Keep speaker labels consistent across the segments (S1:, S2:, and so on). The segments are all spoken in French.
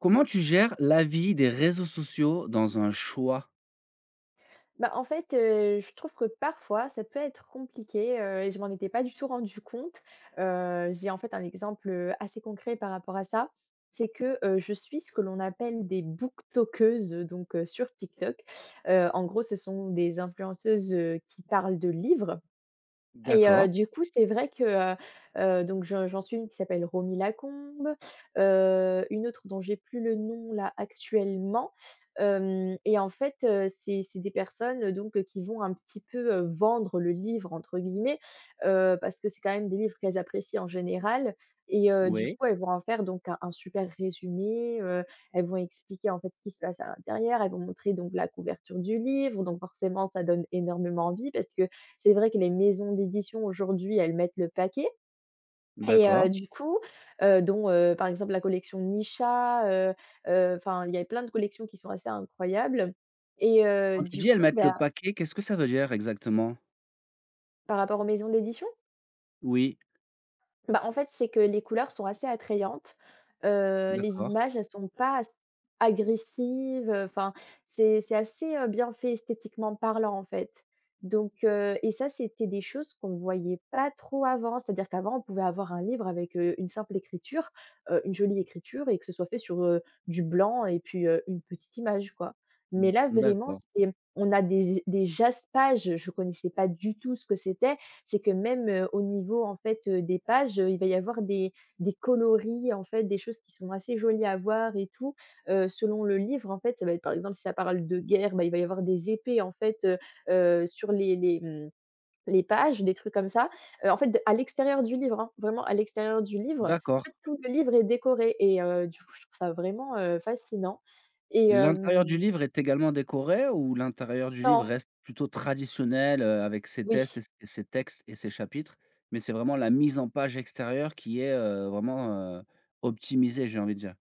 S1: Comment tu gères l'avis des réseaux sociaux dans un choix?
S2: Bah, en fait, je trouve que parfois ça peut être compliqué, et je m'en étais pas du tout rendu compte. J'ai en fait un exemple, assez concret par rapport à ça. C'est que, je suis ce que l'on appelle des booktokeuses, donc, sur TikTok. En gros, ce sont des influenceuses, qui parlent de livres. Et
S1: D'accord,
S2: du coup, c'est vrai que, donc je j'en suis une qui s'appelle Romy Lacombe, une autre dont j'ai plus le nom là actuellement, hem et en fait, c'est des personnes, donc, qui vont un petit peu, «vendre» le livre entre guillemets, parce que c'est quand même des livres qu'elles apprécient en général et du
S1: oui,
S2: coup, elles vont en faire donc un super résumé, elles vont expliquer en fait ce qui se passe à l'intérieur, elles vont montrer donc la couverture du livre, donc forcément ça donne énormément envie parce que c'est vrai que les maisons d'édition aujourd'hui, elles mettent le paquet et
S1: d'accord.
S2: du coup, dont, par exemple la collection Nisha, heu enfin il y a plein de collections qui sont assez incroyables et
S1: Quand tu
S2: du
S1: dis: «Elles
S2: coup,
S1: mettent le
S2: bah,
S1: paquet», qu'est-ce que ça veut dire exactement?
S2: par rapport aux maisons d'édition.
S1: Oui,
S2: Bah, en fait, c'est que les couleurs sont assez attrayantes. Les
S1: d'accord,
S2: images, elles sont pas as agressives, enfin, c'est assez, bien fait esthétiquement parlant, en fait. Donc et ça, c'était des choses qu'on ne voyait pas trop avant. C'est-à-dire qu'avant, on pouvait avoir un livre avec, une simple écriture, une jolie écriture et que ce soit fait sur, du blanc et puis, une petite image, quoi.
S1: d
S2: Mais là, vraiment,
S1: d'accord,
S2: c'est on a des jaspages, je connaissais pas du tout ce que c'était. C'est que même, au niveau, en fait, des pages, il va y avoir des coloris, en fait, des choses qui sont assez jolies à voir et tout. Selon le livre, en fait, ça va être par exemple, si ça parle de guerre, bah, il va y avoir des épées, en fait, sur les pages, des trucs comme ça. En fait, d à l'extérieur du livre, hein, vraiment à l'extérieur du livre, en
S1: d'accord.
S2: fait, tout le livre est décoré et du coup, je trouve ça vraiment, fascinant et
S1: L'intérieur du
S2: hem
S1: livre est également décoré ou l'intérieur du livre
S2: non,
S1: reste plutôt traditionnel, avec ses
S2: oui.
S1: tests et ses textes et ses chapitres? Mais c'est vraiment la mise en page extérieure qui est, vraiment, optimisée, j'ai envie de dire?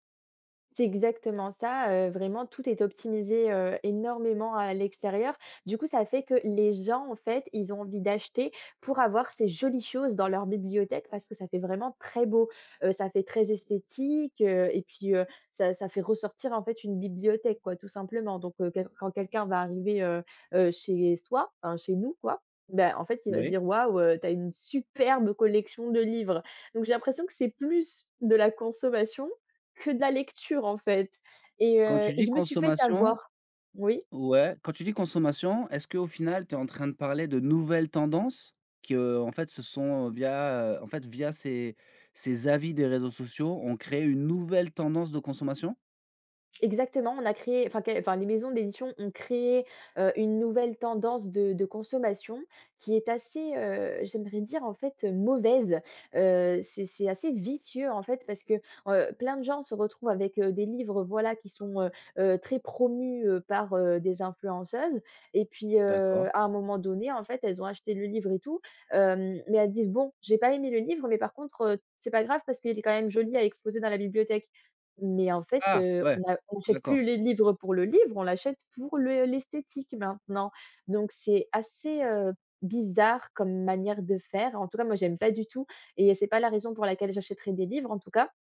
S2: C'est exactement ça, vraiment tout est optimisé, énormément à l'extérieur. Du coup, ça fait que les gens, en fait, ils ont envie d'acheter pour avoir ces jolies choses dans leur bibliothèque parce que ça fait vraiment très beau. Ça fait très esthétique, et puis, ça fait ressortir, en fait, une bibliothèque, quoi, tout simplement. Donc, quel quand quelqu'un va arriver, chez soi, enfin, chez nous, quoi, ben en fait, il va se
S1: Oui.
S2: dire: «Waouh, tu une superbe collection de livres». Donc j'ai l'impression que c'est plus de la consommation que de la lecture en fait
S1: Quand tu
S2: et
S1: dis
S2: je me suis fait
S1: consommation.
S2: avoir. Oui?
S1: Ouais, quand tu dis consommation, est-ce qu'au final, tu es en train de parler de nouvelles tendances qui, en fait, se sont, via, en fait, via ces avis des réseaux sociaux, ont créé une nouvelle tendance de consommation?
S2: Exactement, on a créé enfin qué enfin les maisons d'édition ont créé, une nouvelle tendance de consommation qui est assez, j'aimerais dire en fait, mauvaise. C'est assez vicieux en fait parce que, plein de gens se retrouvent avec, des livres voilà qui sont, très promus, par, des influenceuses et puis,
S1: D'accord.
S2: à un moment donné en fait elles ont acheté le livre et tout, mais elles disent: «Bon, j'ai pas aimé le livre mais par contre, c'est pas grave parce qu'il est quand même joli à exposer dans la bibliothèque». Mais en fait,
S1: Ah! Ouais,
S2: on achète
S1: d'accord.
S2: plus les livres pour le livre, on l'achète pour le l'esthétique maintenant. Donc c'est assez, bizarre comme manière de faire. En tout cas, moi, j'aime pas du tout et c'est pas la raison pour laquelle j'achèterai des livres, en tout cas.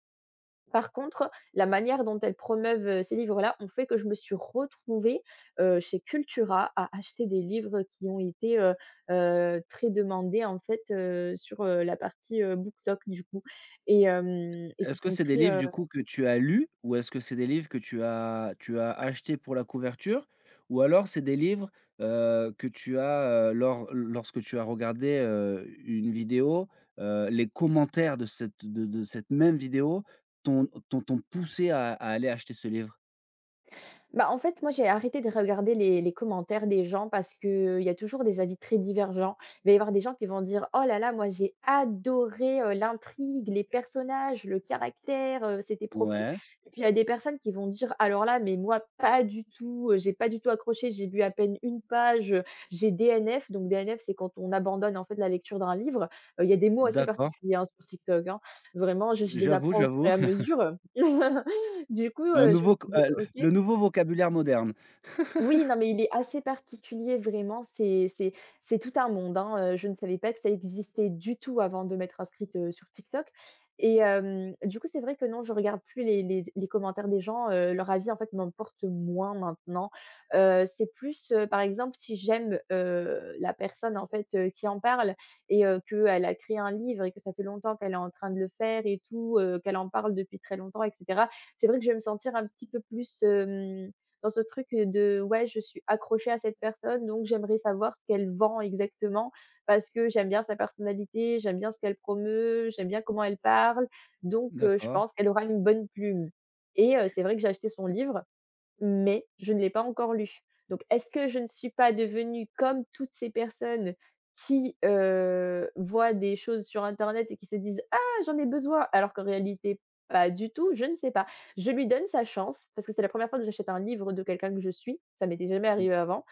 S2: Par contre, la manière dont elles promeuvent, ces livres-là ont fait que je me suis retrouvée, chez Cultura à acheter des livres qui ont été, très demandés en fait, sur, la partie, BookTok du coup et hem et qui
S1: Est-ce que
S2: sont
S1: c'est des
S2: très,
S1: livres du coup que tu as lus ou est-ce que c'est des livres que tu as achetés pour la couverture? Ou alors c'est des livres, que tu as, lorsque tu as regardé, une vidéo, les commentaires de cette même vidéo t'ont poussé à aller acheter ce livre?
S2: Bah, en fait, moi, j'ai arrêté de regarder les commentaires des gens parce qu'il y a toujours des avis très divergents. Il va y avoir des gens qui vont dire: «Oh là là, moi, j'ai adoré, l'intrigue, les personnages, le caractère, c'était profond».
S1: Ouais,
S2: Et puis, il y a des personnes qui vont dire: «Alors là, mais moi, pas du tout, j'ai pas du tout accroché, j'ai lu à peine une page, j'ai DNF». Donc DNF, c'est quand on abandonne, en fait, la lecture d'un livre. Il y a des mots assez
S1: d'accord,
S2: particuliers, hein, sur TikTok, hein. Vraiment, je les
S1: j'avoue,
S2: apprends au fur et
S1: j'avoue.
S2: à mesure. Du coup,
S1: Un
S2: je me
S1: nouveau
S2: suis
S1: c
S2: dit: «OK».
S1: le nouveau vocabulaire moderne.
S2: Oui, non, mais il est assez particulier vraiment, c'est tout un monde, hein, je ne savais pas que ça existait du tout avant de m'être inscrite, sur TikTok et du coup, c'est vrai que non, je regarde plus les commentaires des gens, leur avis, en fait, m'importe moins maintenant. C'est plus, par exemple, si j'aime, la personne, en fait, qui en parle et qu'elle a créé un livre et que ça fait longtemps qu'elle est en train de le faire et tout, qu'elle en parle depuis très longtemps et cetera. C'est vrai que je vais me sentir un petit peu plus, dans ce truc, de: «Ouais, je suis accrochée à cette personne, donc j'aimerais savoir ce qu'elle vend exactement, parce que j'aime bien sa personnalité, j'aime bien ce qu'elle promeut, j'aime bien comment elle parle, donc je
S1: D'accord,
S2: pense qu'elle aura une bonne plume», et c'est vrai que j'ai acheté son livre mais je ne l'ai pas encore lu. Donc est-ce que je ne suis pas devenue comme toutes ces personnes qui, voient des choses sur internet et qui se disent: «Ah, j'en ai besoin», alors qu'en réalité pas du tout, je ne sais pas. Je lui donne sa chance parce que c'est la première fois que j'achète un livre de quelqu'un que je suis, ça m'était jamais arrivé avant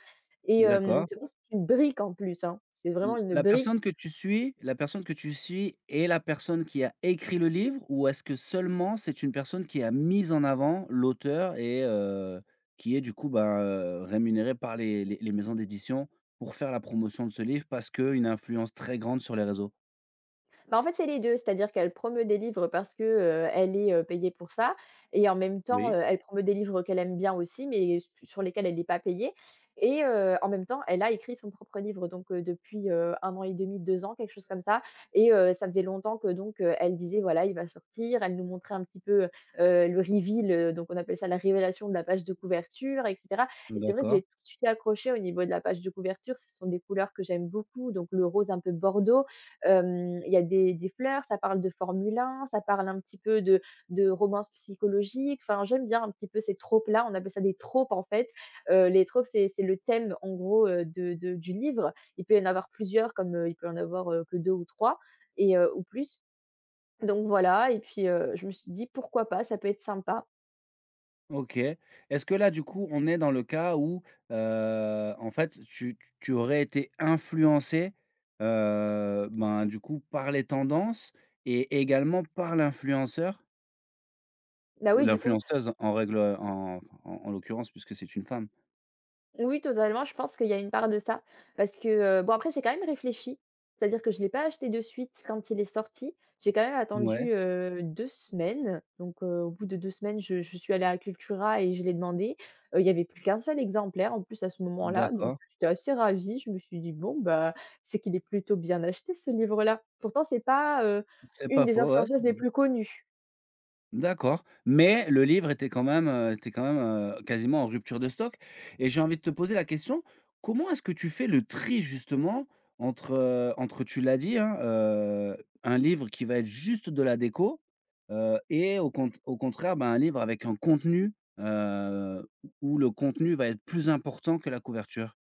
S2: et
S1: d'accord.
S2: c'est vrai que c'est une brique en plus, hein. C'est vraiment
S1: L
S2: une
S1: La
S2: brique.
S1: personne que tu suis, la personne que tu suis est la personne qui a écrit le livre ou est-ce que seulement c'est une personne qui a mis en avant l'auteur et qui est du coup, ben, rémunérée par les maisons d'édition pour faire la promotion de ce livre parce qu'une influence très grande sur les réseaux?
S2: Bah, en fait, c'est les 2, c'est-à-dire qu'elle promeut des livres parce que, elle est, payée pour ça et en même temps,
S1: Oui.
S2: elle promeut des livres qu'elle aime bien aussi, mais s sur lesquels elle n'est pas payée et en même temps, elle a écrit son propre livre donc depuis, 1 an et demi, 2 ans, quelque chose comme ça et ça faisait longtemps que donc elle disait: «Voilà, il va sortir». Elle nous montrait un petit peu, le reveal, donc on appelle ça la révélation de la page de couverture et cetera, et c'est vrai que j'ai
S1: D'accord.
S2: tout de suite accroché au niveau de la page de couverture. Ce sont des couleurs que j'aime beaucoup, donc le rose un peu bordeaux. Hem, il y a des fleurs, ça parle de Formule 1, ça parle un petit peu de romance psychologique. Enfin, j'aime bien un petit peu ces tropes-là. On appelle ça des tropes, en fait. Les tropes, c'est le thème, en gros, de du livre. Il peut y en avoir plusieurs, comme, il peut y en avoir, que 2 ou 3 et ou plus. Donc voilà et puis, je me suis dit: «Pourquoi pas? Ça peut être sympa».
S1: OK. Est-ce que là, du coup, on est dans le cas où, en fait, tu aurais été influencé, ben, du coup, par les tendances et également par l'influenceur
S2: Bah
S1: ou
S2: oui, du coup.
S1: l'influenceuse en règle, en en en l'occurrence puisque c'est une femme?
S2: Oui, totalement, je pense qu'il y a une part de ça parce que, bon après j'ai quand même réfléchi. C'est-à-dire que je ne l'ai pas acheté de suite quand il est sorti. J'ai quand même attendu,
S1: Ouais,
S2: 2 semaines, donc au bout de 2 semaines, je suis allée à Cultura et je l'ai demandé. Il y avait plus qu'un seul exemplaire en plus à ce moment-là, donc
S1: d'accord.
S2: j'étais assez ravie. Je me suis dit: «Bon, bah, c'est qu'il est plutôt bien acheté ce livre-là». Pourtant c'est pas,
S1: C'est
S2: une
S1: pas
S2: des
S1: faux, ouais.
S2: influenceuses les plus connues.
S1: D'accord, mais le livre était quand même, quasiment en rupture de stock et j'ai envie de te poser la question, comment est-ce que tu fais le tri justement entre, entre, tu l'as dit, hein, un livre qui va être juste de la déco, et au contraire, ben, un livre avec un contenu, heu, où le contenu va être plus important que la couverture?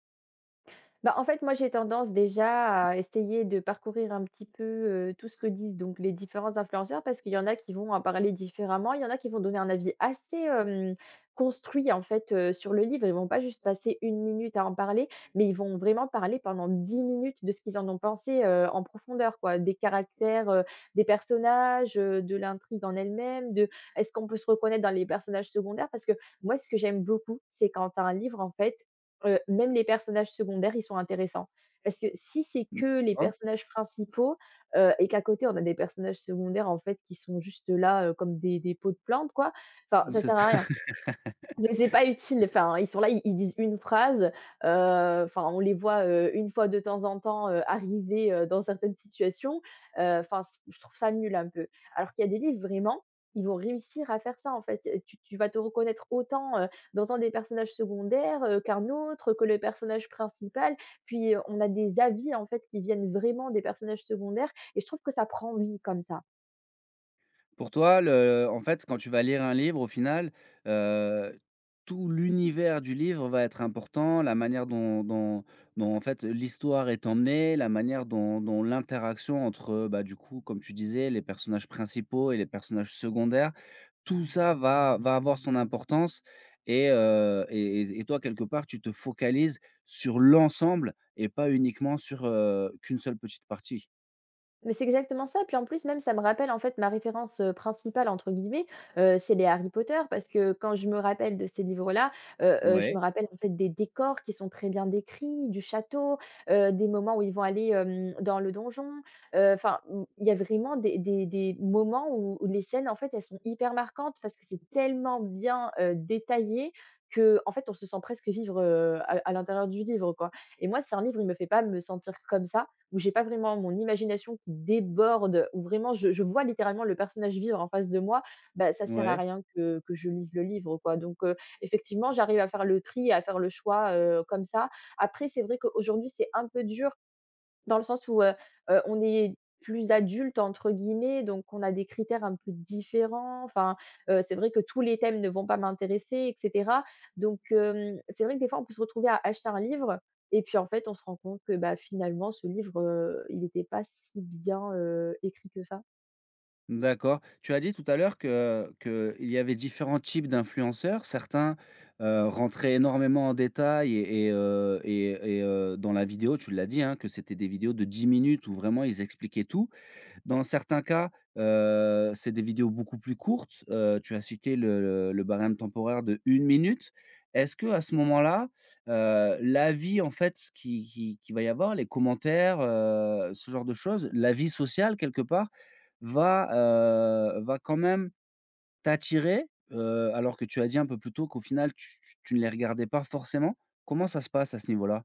S2: Bah, en fait, moi, j'ai tendance déjà à essayer de parcourir un petit peu, tout ce que disent donc les différents influenceurs parce qu'il y en a qui vont en parler différemment. Il y en a qui vont donner un avis assez, construit en fait, sur le livre. Ils vont pas juste passer 1 minute à en parler, mais ils vont vraiment parler pendant 10 minutes de ce qu'ils en ont pensé, en profondeur quoi. Des caractères, des personnages, de l'intrigue en elle-même, de est-ce qu'on peut se reconnaître dans les personnages secondaires? Parce que moi, ce que j'aime beaucoup, c'est quand un livre en fait, même les personnages secondaires, ils sont intéressants. Parce que si c'est
S1: Mmh,
S2: que les
S1: hein?
S2: personnages principaux, et qu'à côté on a des personnages secondaires en fait qui sont juste là, comme des pots de plantes quoi, enfin ça
S1: C'est
S2: sert à
S1: ça.
S2: rien. Mais c'est pas utile, enfin, ils sont là, ils disent une phrase, enfin, on les voit, une fois de temps en temps, arriver, dans certaines situations, enfin, c je trouve ça nul un peu. Alors qu'il y a des livres vraiment, ils vont réussir à faire ça en fait, tu vas te reconnaître autant, dans un des personnages secondaires, qu'un autre, que le personnage principal. Puis, on a des avis en fait qui viennent vraiment des personnages secondaires et je trouve que ça prend vie comme ça.
S1: Pour toi, quand tu vas lire un livre, au final, heu, tout l'univers du livre va être important, la manière dont en fait l'histoire est emmenée, la manière dont l'interaction entre, bah, du coup, comme tu disais, les personnages principaux et les personnages secondaires, tout ça va avoir son importance et toi, quelque part, tu te focalises sur l'ensemble et pas uniquement sur, qu'une seule petite partie.
S2: Mais c'est exactement ça, puis en plus même ça me rappelle en fait ma référence, «principale» entre guillemets, c'est les Harry Potter parce que quand je me rappelle de ces livres-là, je me
S1: Ouais,
S2: rappelle en fait des décors qui sont très bien décrits, du château, des moments où ils vont aller, dans le donjon, enfin, il y a vraiment des moments où les scènes en fait elles sont hyper marquantes parce que c'est tellement bien, détaillé que en fait on se sent presque vivre, à l'intérieur du livre quoi et moi c'est un livre il me fait pas me sentir comme ça, où j'ai pas vraiment mon imagination qui déborde, où vraiment je vois littéralement le personnage vivre en face de moi, bah, ça sert à
S1: ouais.
S2: rien que je lise le livre, quoi. Effectivement, j'arrive à faire le tri et à faire le choix, comme ça. Après, c'est vrai qu'aujourd'hui, c'est un peu dur dans le sens où, on est plus «adulte» entre guillemets, donc on a des critères un peu différents. Enfin, c'est vrai que tous les thèmes ne vont pas m'intéresser et cetera. Donc c'est vrai que des fois, on peut se retrouver à acheter un livre et puis en fait, on se rend compte que, bah, finalement, ce livre, il n'était pas si bien, écrit que ça.
S1: D'accord. Tu as dit tout à l'heure que il y avait différents types d'influenceurs. Certains, rentraient énormément en détail et dans la vidéo, tu l'as dit, hein, que c'était des vidéos de 10 minutes où vraiment ils expliquaient tout. Dans certains cas, c'est des vidéos beaucoup plus courtes. Tu as cité le barème temporaire de une minute. Est-ce que, à ce moment-là, l'avis, en fait, qui va y avoir, les commentaires, ce genre de choses, l'avis social quelque part, va, va quand même t'attirer, alors que tu as dit un peu plus tôt qu'au final tu ne les regardais pas forcément? Comment ça se passe à ce niveau-là?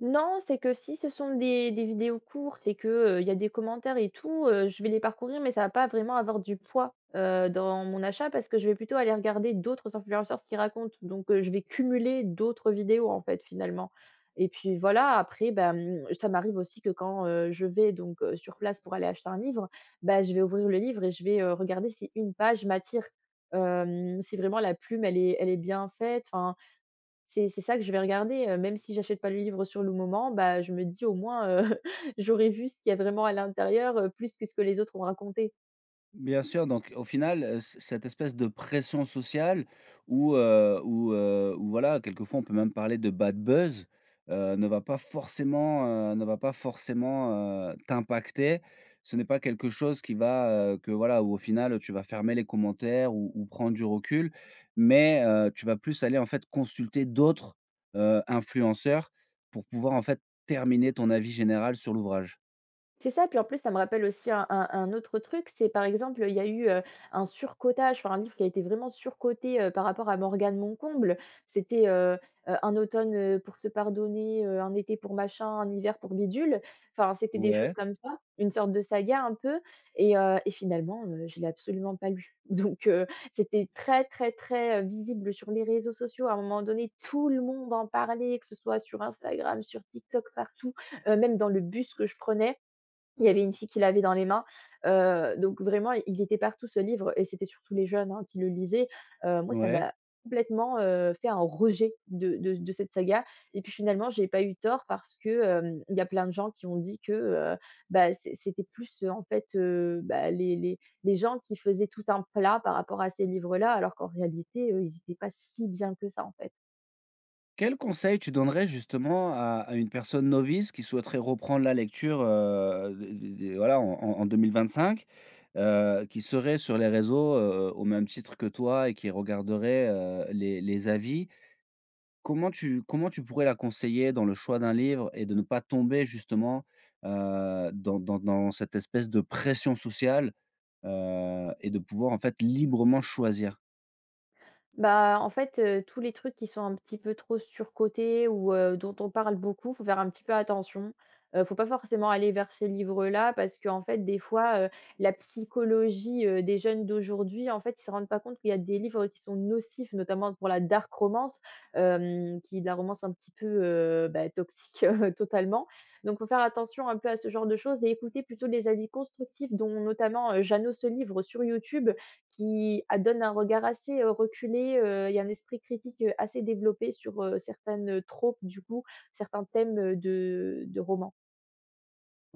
S2: Non, c'est que si ce sont des vidéos courtes et que, il y a des commentaires et tout, je vais les parcourir, mais ça va pas vraiment avoir du poids, dans mon achat parce que je vais plutôt aller regarder d'autres influenceurs ce qu'ils racontent. Donc, je vais cumuler d'autres vidéos, en fait, finalement. Et puis voilà, après, bah, ça m'arrive aussi que quand, je vais donc, sur place pour aller acheter un livre, bah, je vais ouvrir le livre et je vais, regarder si une page m'attire. Si vraiment la plume elle est bien faite, enfin c'est ça que je vais regarder, même si j'achète pas le livre sur le moment, bah, je me dis au moins, j'aurais vu ce qu'il y a vraiment à l'intérieur, plus que ce que les autres ont raconté.
S1: Bien sûr, donc au final, c cette espèce de pression sociale où voilà, quelquefois on peut même parler de bad buzz, ne va pas forcément, ne va pas forcément, t'impacter. Ce n'est pas quelque chose qui va, que voilà, où au final tu vas fermer les commentaires ou prendre du recul, mais, tu vas plus aller en fait consulter d'autres, influenceurs pour pouvoir en fait terminer ton avis général sur l'ouvrage.
S2: C'est ça, puis en plus, ça me rappelle aussi un autre truc, c'est par exemple, il y a eu, un surcotage, enfin un livre qui a été vraiment surcoté, par rapport à Morgane Moncomble. C'était, «Un automne, pour te pardonner», «Un été pour machin», «Un hiver pour bidule». Enfin, c'était des choses
S1: Ouais,
S2: comme ça, une sorte de saga un peu et finalement, je l'ai absolument pas lu. Donc heu, c'était très, très, très, visible sur les réseaux sociaux. À un moment donné, tout le monde en parlait, que ce soit sur Instagram, sur TikTok, partout, même dans le bus que je prenais, il y avait une fille qui l'avait dans les mains, donc vraiment il était partout ce livre et c'était surtout les jeunes, hein, qui le lisaient. Moi ça
S1: ouais.
S2: m'a complètement, fait un rejet de de cette saga et puis finalement j'ai pas eu tort parce que, il y a plein de gens qui ont dit que, bah, c'était plus, en fait, bah, les gens qui faisaient tout un plat par rapport à ces livres-là alors qu'en réalité, ils n'étaient pas si bien que ça, en fait.
S1: Quel conseil tu donnerais justement à une personne novice qui souhaiterait reprendre la lecture, de voilà, en 2025, qui serait sur les réseaux, au même titre que toi et qui regarderait, les avis? Comment tu, comment tu pourrais la conseiller dans le choix d'un livre et de ne pas tomber justement, dans cette espèce de pression sociale, et de pouvoir en fait librement choisir?
S2: Bah, en fait, tous les trucs qui sont un petit peu trop surcotés ou, dont on parle beaucoup, faut faire un petit peu attention. Faut pas forcément aller vers ces livres-là parce qu'en fait, des fois, la psychologie, des jeunes d'aujourd'hui, en fait, ils se rendent pas compte qu'il y a des livres qui sont nocifs, notamment pour la dark romance, qui est de la romance un petit peu, bah, toxique, totalement. Donc faut faire attention un peu à ce genre de choses et écouter plutôt les avis constructifs dont notamment, Jeannot se livre sur YouTube, qui a donne un regard assez, reculé, il y a un esprit critique, assez développé sur, certaines, tropes du coup, certains thèmes, de romans.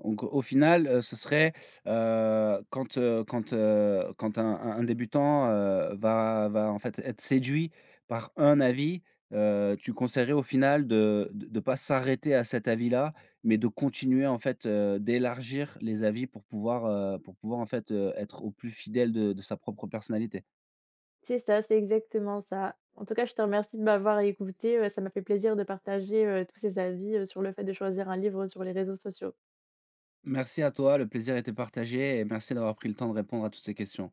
S1: Donc au final, ce serait, quand un débutant, va en fait être séduit par un avis, tu conseillerais au final de pas s'arrêter à cet avis-là, mais de continuer en fait, d'élargir les avis pour pouvoir en fait, être au plus fidèle de sa propre personnalité.
S2: C'est ça, c'est exactement ça. En tout cas, je te remercie de m'avoir écoutée, ça m'a fait plaisir de partager, tous ces avis, sur le fait de choisir un livre sur les réseaux sociaux.
S1: Merci à toi, le plaisir était partagé et merci d'avoir pris le temps de répondre à toutes ces questions.